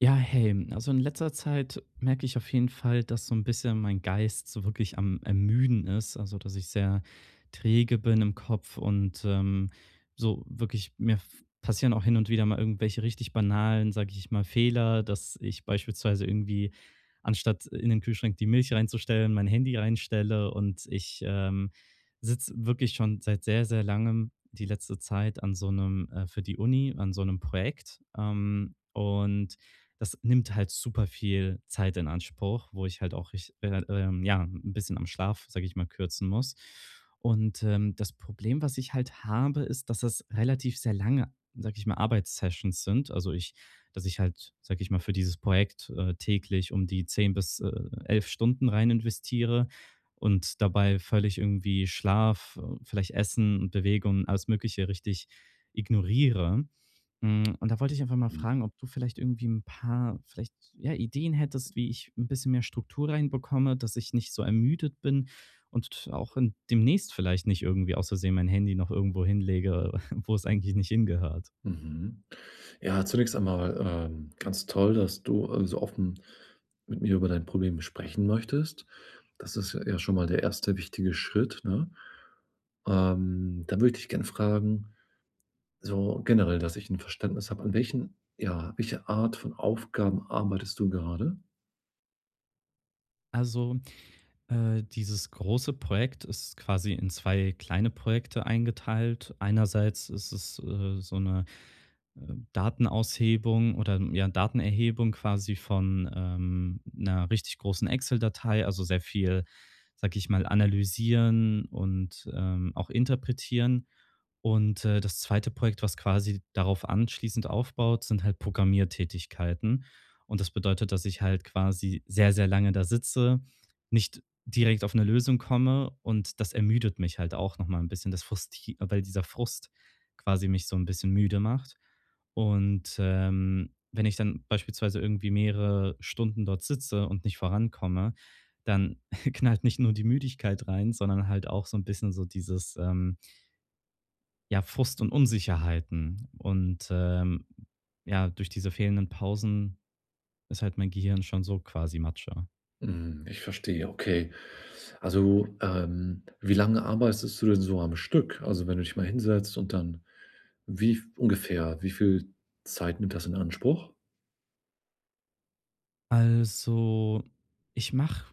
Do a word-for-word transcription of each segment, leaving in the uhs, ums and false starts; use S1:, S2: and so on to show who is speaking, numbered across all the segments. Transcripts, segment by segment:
S1: Ja, hey, also in letzter Zeit merke ich auf jeden Fall, dass so ein bisschen mein Geist so wirklich am Ermüden ist, also, dass ich sehr träge bin im Kopf und, ähm, so wirklich mir f passieren auch hin und wieder mal irgendwelche richtig banalen, sage ich mal, Fehler, dass ich beispielsweise irgendwie anstatt in den Kühlschrank die Milch reinzustellen, mein Handy reinstelle und ich, ähm, sitze wirklich schon seit sehr, sehr langem die letzte Zeit an so einem äh für die Uni, an so einem Projekt, ähm, und das nimmt halt super viel Zeit in Anspruch, wo ich halt auch rich äh, ähm, ja, ein bisschen am Schlaf, sage ich mal, kürzen muss. Und, ähm, das Problem, was ich halt habe, ist, dass das relativ sehr lange, sage ich mal, Arbeitssessions sind. Also, ich dass ich halt, sage ich mal, für dieses Projekt, äh, täglich um die zehn bis, äh, elf Stunden rein investiere und dabei völlig irgendwie Schlaf, äh, vielleicht Essen und Bewegung, alles Mögliche richtig ignoriere. Hm, und da wollte ich einfach mal
S2: Mhm.
S1: fragen, ob du vielleicht irgendwie ein paar vielleicht, ja, Ideen hättest, wie ich ein bisschen mehr Struktur reinbekomme, dass ich nicht so ermüdet bin und auch in demnächst vielleicht nicht irgendwie aus Versehen mein Handy noch irgendwo hinlege, wo es eigentlich nicht hingehört.
S2: Mhm. Ja, zunächst einmal, ähm, ganz toll, dass du, äh, so offen mit mir über dein Problem sprechen möchtest. Das ist ja schon mal der erste wichtige Schritt, ne? Ähm, da würde ich dich gern fragen, so generell, dass ich ein Verständnis habe, an welchen ja, welche Art von Aufgaben arbeitest du gerade?
S1: Also, äh, dieses große Projekt ist quasi in zwei kleine Projekte eingeteilt. Einerseits ist es, äh, so eine äh, Datenaushebung oder ja, Datenerhebung quasi von, ähm, 'ner richtig großen Excel-Datei, also sehr viel, sag ich mal, analysieren und, ähm, auch interpretieren. Und, äh, das zweite Projekt, was quasi darauf anschließend aufbaut, sind halt Programmiertätigkeiten. Und das bedeutet, dass ich halt quasi sehr, sehr lange da sitze, nicht direkt auf eine Lösung komme und das ermüdet mich halt auch noch mal 'n bisschen. Das Frust, weil dieser Frust quasi mich so ein bisschen müde macht. Und, ähm, wenn ich dann beispielsweise irgendwie mehrere Stunden dort sitze und nicht vorankomme, dann knallt nicht nur die Müdigkeit rein, sondern halt auch so ein bisschen so dieses, ähm, ja, Frust und Unsicherheiten. Und, ähm, ja, durch diese fehlenden Pausen ist halt mein Gehirn schon so quasi Matsche.
S2: Mhm, ich verstehe, okay. Also, ähm, wie lange arbeitest du denn so am Stück? Also, wenn du dich mal hinsetzt und dann wie f ungefähr, wie viel Zeit nimmt das in Anspruch?
S1: Also, ich mache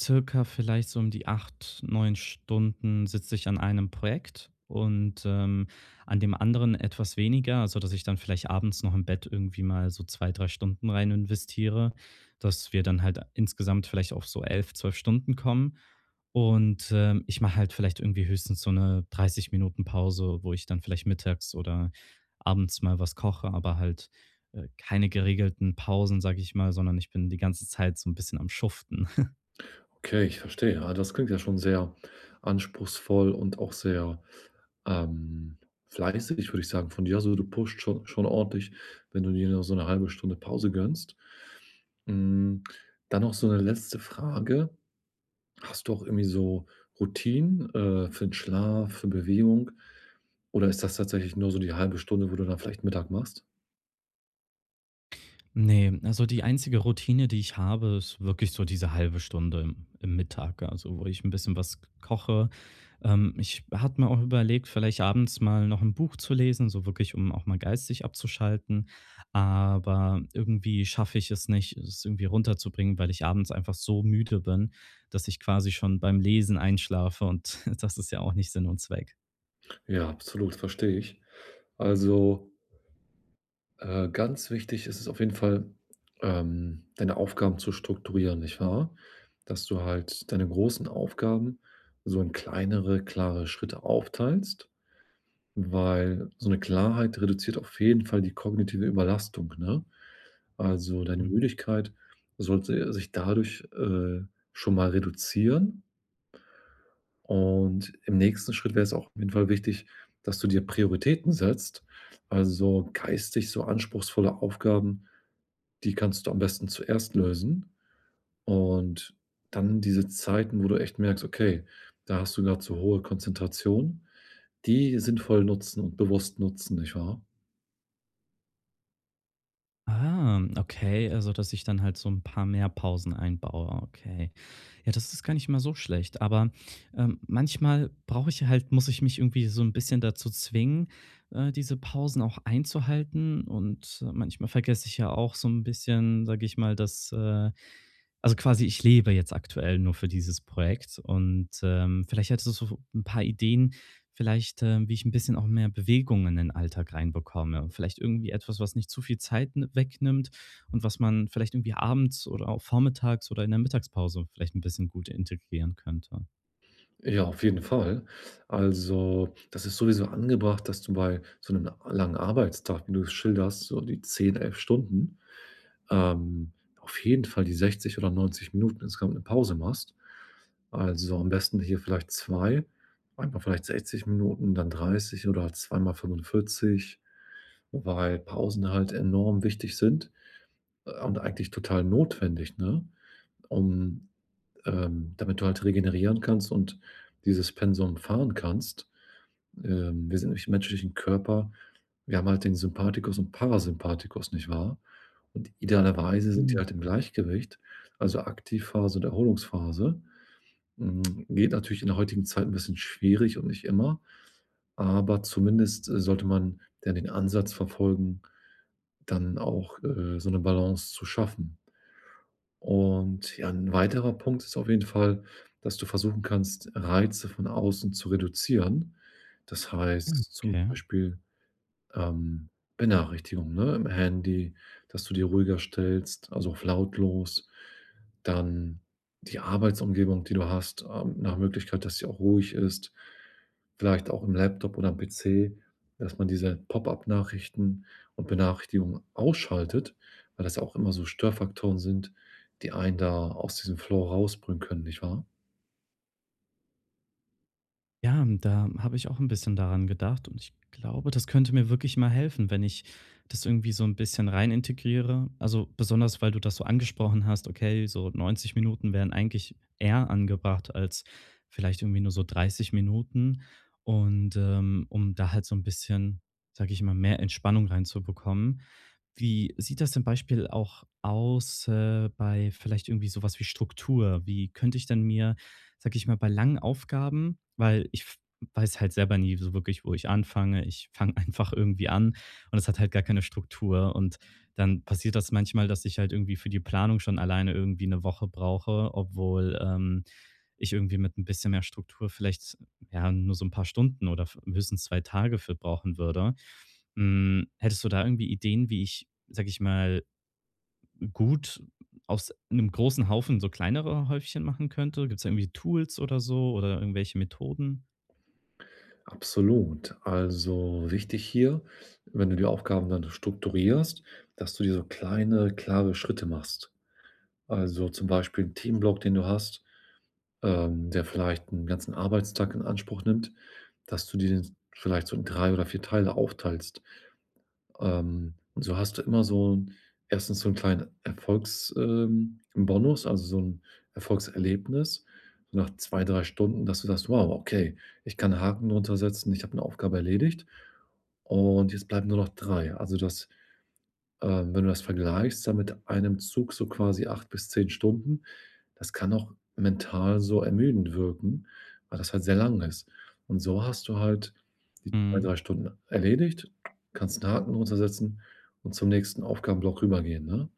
S1: circa vielleicht so um die acht neun Stunden sitze ich an einem Projekt und, ähm, an dem anderen etwas weniger, also dass ich dann vielleicht abends noch im Bett irgendwie mal so zwei drei Stunden rein investiere, dass wir dann halt insgesamt vielleicht auf so elf zwölf Stunden kommen. Und, ähm, ich mache halt vielleicht irgendwie höchstens so eine dreißig Minuten Pause, wo ich dann vielleicht mittags oder abends mal was koche, aber halt, äh, keine geregelten Pausen, sage ich mal, sondern ich bin die ganze Zeit so ein bisschen am Schuften.
S2: Okay, ich verstehe. Ah, das klingt ja schon sehr anspruchsvoll und auch sehr, ähm, fleißig, würde ich sagen, von dir. Also, du pusht schon schon ordentlich, wenn du dir nur so eine halbe Stunde Pause gönnst. Hm, dann noch so eine letzte Frage. Hast du auch irgendwie so Routinen, äh, für den Schlaf, für Bewegung? Oder ist das tatsächlich nur so die halbe Stunde, wo du dann vielleicht Mittag machst?
S1: Nee, also die einzige Routine, die ich habe, ist wirklich so diese halbe Stunde im im Mittag, also wo ich ein bisschen was koche. Ähm, ich hatte mir auch überlegt, vielleicht abends mal noch ein Buch zu lesen, so wirklich, um auch mal geistig abzuschalten. Aber irgendwie schaffe ich es nicht, es irgendwie runterzubringen, weil ich abends einfach so müde bin, dass ich quasi schon beim Lesen einschlafe und das ist ja auch nicht Sinn und Zweck.
S2: Ja, absolut, verstehe ich. Also, äh, ganz wichtig ist es auf jeden Fall, ähm, deine Aufgaben zu strukturieren, nicht wahr? Dass du halt deine großen Aufgaben so in kleinere, klare Schritte aufteilst, weil so eine Klarheit reduziert auf jeden Fall die kognitive Überlastung, ne? Also, deine
S1: Hm.
S2: Müdigkeit sollte sich dadurch, äh, schon mal reduzieren und im nächsten Schritt wäre es auch auf jeden Fall wichtig, dass du dir Prioritäten setzt. Also, geistig so anspruchsvolle Aufgaben, die kannst du am besten zuerst lösen und dann diese Zeiten, wo du echt merkst: „Okay, da hast du gerade so hohe Konzentration“, die sinnvoll nutzen und bewusst nutzen, nicht wahr?
S1: Ah, okay, also dass ich dann halt so ein paar mehr Pausen einbaue, okay. Ja, das ist gar nicht mal so schlecht, aber, ähm, manchmal brauche ich halt muss ich mich irgendwie so ein bisschen dazu zwingen, äh, diese Pausen auch einzuhalten und äh, manchmal vergesse ich ja auch so ein bisschen, sage ich mal, dass, äh, also quasi, ich lebe jetzt aktuell nur für dieses Projekt und, ähm, vielleicht hättest du so ein paar Ideen, vielleicht, ähm, wie ich ein bisschen auch mehr Bewegung in den Alltag reinbekomme. Vielleicht irgendwie etwas, was nicht zu viel Zeit n wegnimmt und was man vielleicht irgendwie abends oder auch vormittags oder in der Mittagspause vielleicht ein bisschen gut integrieren könnte.
S2: Ja, auf jeden Fall. Also, das ist sowieso angebracht, dass du bei so einem langen Arbeitstag, wie du es schilderst, so die zehn, elf Stunden, ähm, auf jeden Fall die sechzig oder neunzig Minuten insgesamt eine Pause machst. Also, am besten hier vielleicht zwei, einmal vielleicht sechzig Minuten, dann dreißig oder zweimal fünfundvierzig, weil Pausen halt enorm wichtig sind, äh, und eigentlich total notwendig, ne? Um, ähm damit du halt regenerieren kannst und dieses Pensum fahren kannst. Ähm, wir sind nämlich im menschlichen Körper, wir haben halt den Sympathikus und Parasympathikus, nicht wahr? Und idealerweise sind die
S1: Mhm.
S2: halt im Gleichgewicht, also Aktivphase und Erholungsphase. Hm, geht natürlich in der heutigen Zeit ein bisschen schwierig und nicht immer, aber zumindest, äh, sollte man dann den Ansatz verfolgen, dann auch, äh, so eine Balance zu schaffen. Und ja, 'n weiterer Punkt ist auf jeden Fall, dass du versuchen kannst, Reize von außen zu reduzieren. Das heißt zum
S1: Okay.
S2: Beispiel ähm, Benachrichtigung, ne, im Handy, dass du die ruhiger stellst, also auf lautlos. Dann die Arbeitsumgebung, die du hast, ähm, nach Möglichkeit, dass sie auch ruhig ist. Vielleicht auch im Laptop oder am P C, dass man diese Pop-up-Nachrichten und Benachrichtigungen ausschaltet, weil das ja auch immer so Störfaktoren sind, die einen da aus diesem Flow rausbringen können, nicht wahr?
S1: Ja, ähm, da habe ich auch ein bisschen daran gedacht und ich glaube, das könnte mir wirklich mal helfen, wenn ich das irgendwie so ein bisschen rein integriere. Also, besonders, weil du das so angesprochen hast, okay, so neunzig Minuten wären eigentlich eher angebracht als vielleicht irgendwie nur so dreißig Minuten. Und, ähm, um da halt so ein bisschen, sage ich mal, mehr Entspannung reinzubekommen. Wie sieht das zum Beispiel auch aus, äh, bei vielleicht irgendwie sowas wie Struktur? Wie könnte ich denn mir sag ich mal, bei langen Aufgaben, weil ich f weiß halt selber nie so wirklich, wo ich anfange. Ich fange einfach irgendwie an und es hat halt gar keine Struktur. Und dann passiert das manchmal, dass ich halt irgendwie für die Planung schon alleine irgendwie eine Woche brauche, obwohl, ähm, ich irgendwie mit ein bisschen mehr Struktur vielleicht, ja, nur so ein paar Stunden oder v höchstens zwei Tage für brauchen würde. Hm, hättest du da irgendwie Ideen, wie ich, sag ich mal, gut aus einem großen Haufen so kleinere Häufchen machen könnte? Gibt's da irgendwie Tools oder so oder irgendwelche Methoden?
S2: Absolut. Also wichtig hier, wenn du die Aufgaben dann strukturierst, dass du dir so kleine, klare Schritte machst. Also zum Beispiel 'n Themenblock, den du hast, ähm, der vielleicht einen ganzen Arbeitstag in Anspruch nimmt, dass du dir den vielleicht so in drei oder vier Teile aufteilst. Ähm, und so hast du immer so 'n erstens so 'n kleinen Erfolgs ähm, Bonus, also so 'n Erfolgserlebnis, so nach zwei drei Stunden, dass du sagst: „Wow, okay, ich kann 'n Haken drunter setzen, ich habe 'ne Aufgabe erledigt und jetzt bleiben nur noch drei.“ Also das ähm, wenn du das vergleichst, dann mit einem Zug so quasi acht bis zehn Stunden, das kann auch mental so ermüdend wirken, weil das halt sehr lang ist. Und so hast du halt die zwei,
S1: Mhm.
S2: drei Stunden erledigt, kannst 'n Haken drunter setzen und zum nächsten Aufgabenblock rübergehen, ne?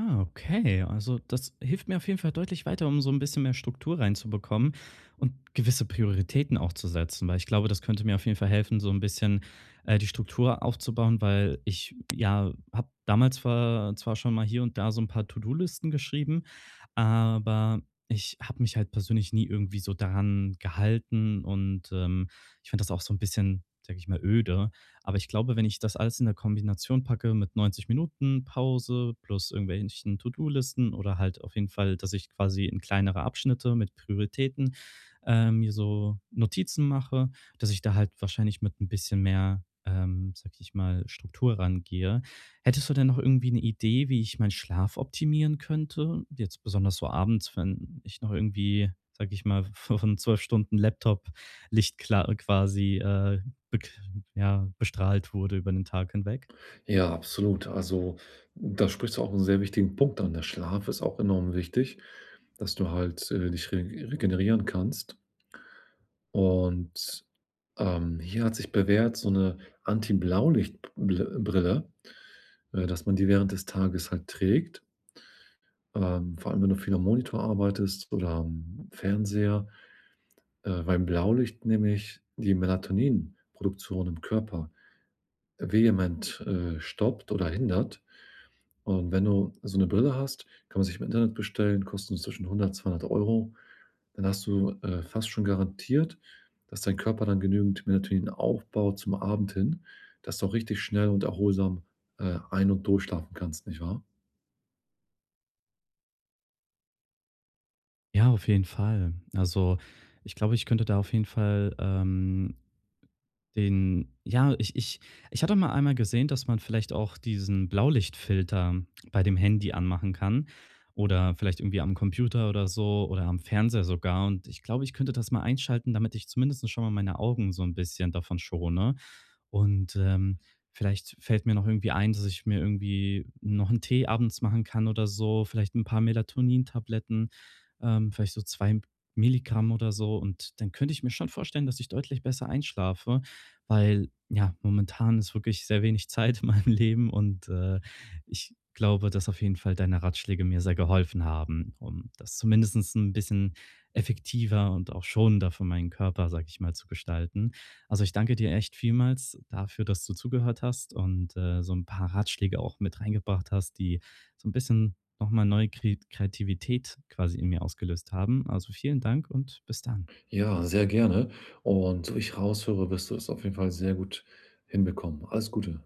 S1: Ah, okay. Also, das hilft mir auf jeden Fall deutlich weiter, um so ein bisschen mehr Struktur reinzubekommen und gewisse Prioritäten auch zu setzen, weil ich glaube, das könnte mir auf jeden Fall helfen, so ein bisschen, äh, die Struktur aufzubauen, weil ich, ja, habe damals zwar zwar schon mal hier und da so ein paar To-do-Listen geschrieben, aber ich habe mich halt persönlich nie irgendwie so daran gehalten und, ähm, ich finde das auch so ein bisschen, sage ich mal, öde. Aber ich glaube, wenn ich das alles in der Kombination packe mit neunzig Minuten Pause plus irgendwelchen To-do-Listen oder halt auf jeden Fall, dass ich quasi in kleinere Abschnitte mit Prioritäten, äh, mir so Notizen mache, dass ich da halt wahrscheinlich mit ein bisschen mehr, ähm, sage ich mal, Struktur rangehe. Hättest du denn noch irgendwie eine Idee, wie ich meinen Schlaf optimieren könnte? Jetzt besonders so abends, wenn ich noch irgendwie, sage ich mal, von zwölf Stunden Laptop-Licht kla quasi, äh, bek ja, bestrahlt wurde über den Tag hinweg?
S2: Ja, absolut. Also, da sprichst du auch 'n sehr wichtigen Punkt an. Der Schlaf ist auch enorm wichtig, dass du halt, äh, dich re regenerieren kannst. Und, ähm, hier hat sich bewährt so 'ne Anti-Blaulicht-Bl Brille, äh, dass man die während des Tages halt trägt. Ähm, vor allem, wenn du viel am Monitor arbeitest oder am Fernseher, äh, weil Blaulicht nämlich die Melatoninproduktion im Körper vehement, äh, stoppt oder hindert. Und wenn du so eine Brille hast, kann man sich im Internet bestellen, kosten so zwischen hundert, zweihundert Euro. Dann hast du, äh, fast schon garantiert, dass dein Körper dann genügend Melatonin aufbaut zum Abend hin, dass du auch richtig schnell und erholsam, äh, ein und durchschlafen kannst, nicht wahr?
S1: Ja, auf jeden Fall. Also, ich glaube, ich könnte da auf jeden Fall, ähm den ja, ich ich ich hatte mal einmal gesehen, dass man vielleicht auch diesen Blaulichtfilter bei dem Handy anmachen kann oder vielleicht irgendwie am Computer oder so oder am Fernseher sogar. Und ich glaube, ich könnte das mal einschalten, damit ich zumindest schon mal meine Augen so ein bisschen davon schone. Und, ähm, vielleicht fällt mir noch irgendwie ein, dass ich mir irgendwie noch einen Tee abends machen kann oder so, vielleicht ein paar Melatonin-Tabletten, ähm, vielleicht so zwei Milligramm oder so. Und dann könnte ich mir schon vorstellen, dass ich deutlich besser einschlafe, weil, ja, momentan ist wirklich sehr wenig Zeit in meinem Leben und, äh, ich glaube, dass auf jeden Fall deine Ratschläge mir sehr geholfen haben, um das zumindestens ein bisschen effektiver und auch schonender für meinen Körper, sage ich mal, zu gestalten. Also, ich danke dir echt vielmals dafür, dass du zugehört hast und, äh, so ein paar Ratschläge auch mit reingebracht hast, die so ein bisschen nochmal neue Kre Kreativität quasi in mir ausgelöst haben. Also, vielen Dank und bis dann.
S2: Ja, sehr gerne. Und so ich raushöre, wirst du es auf jeden Fall sehr gut hinbekommen. Alles Gute.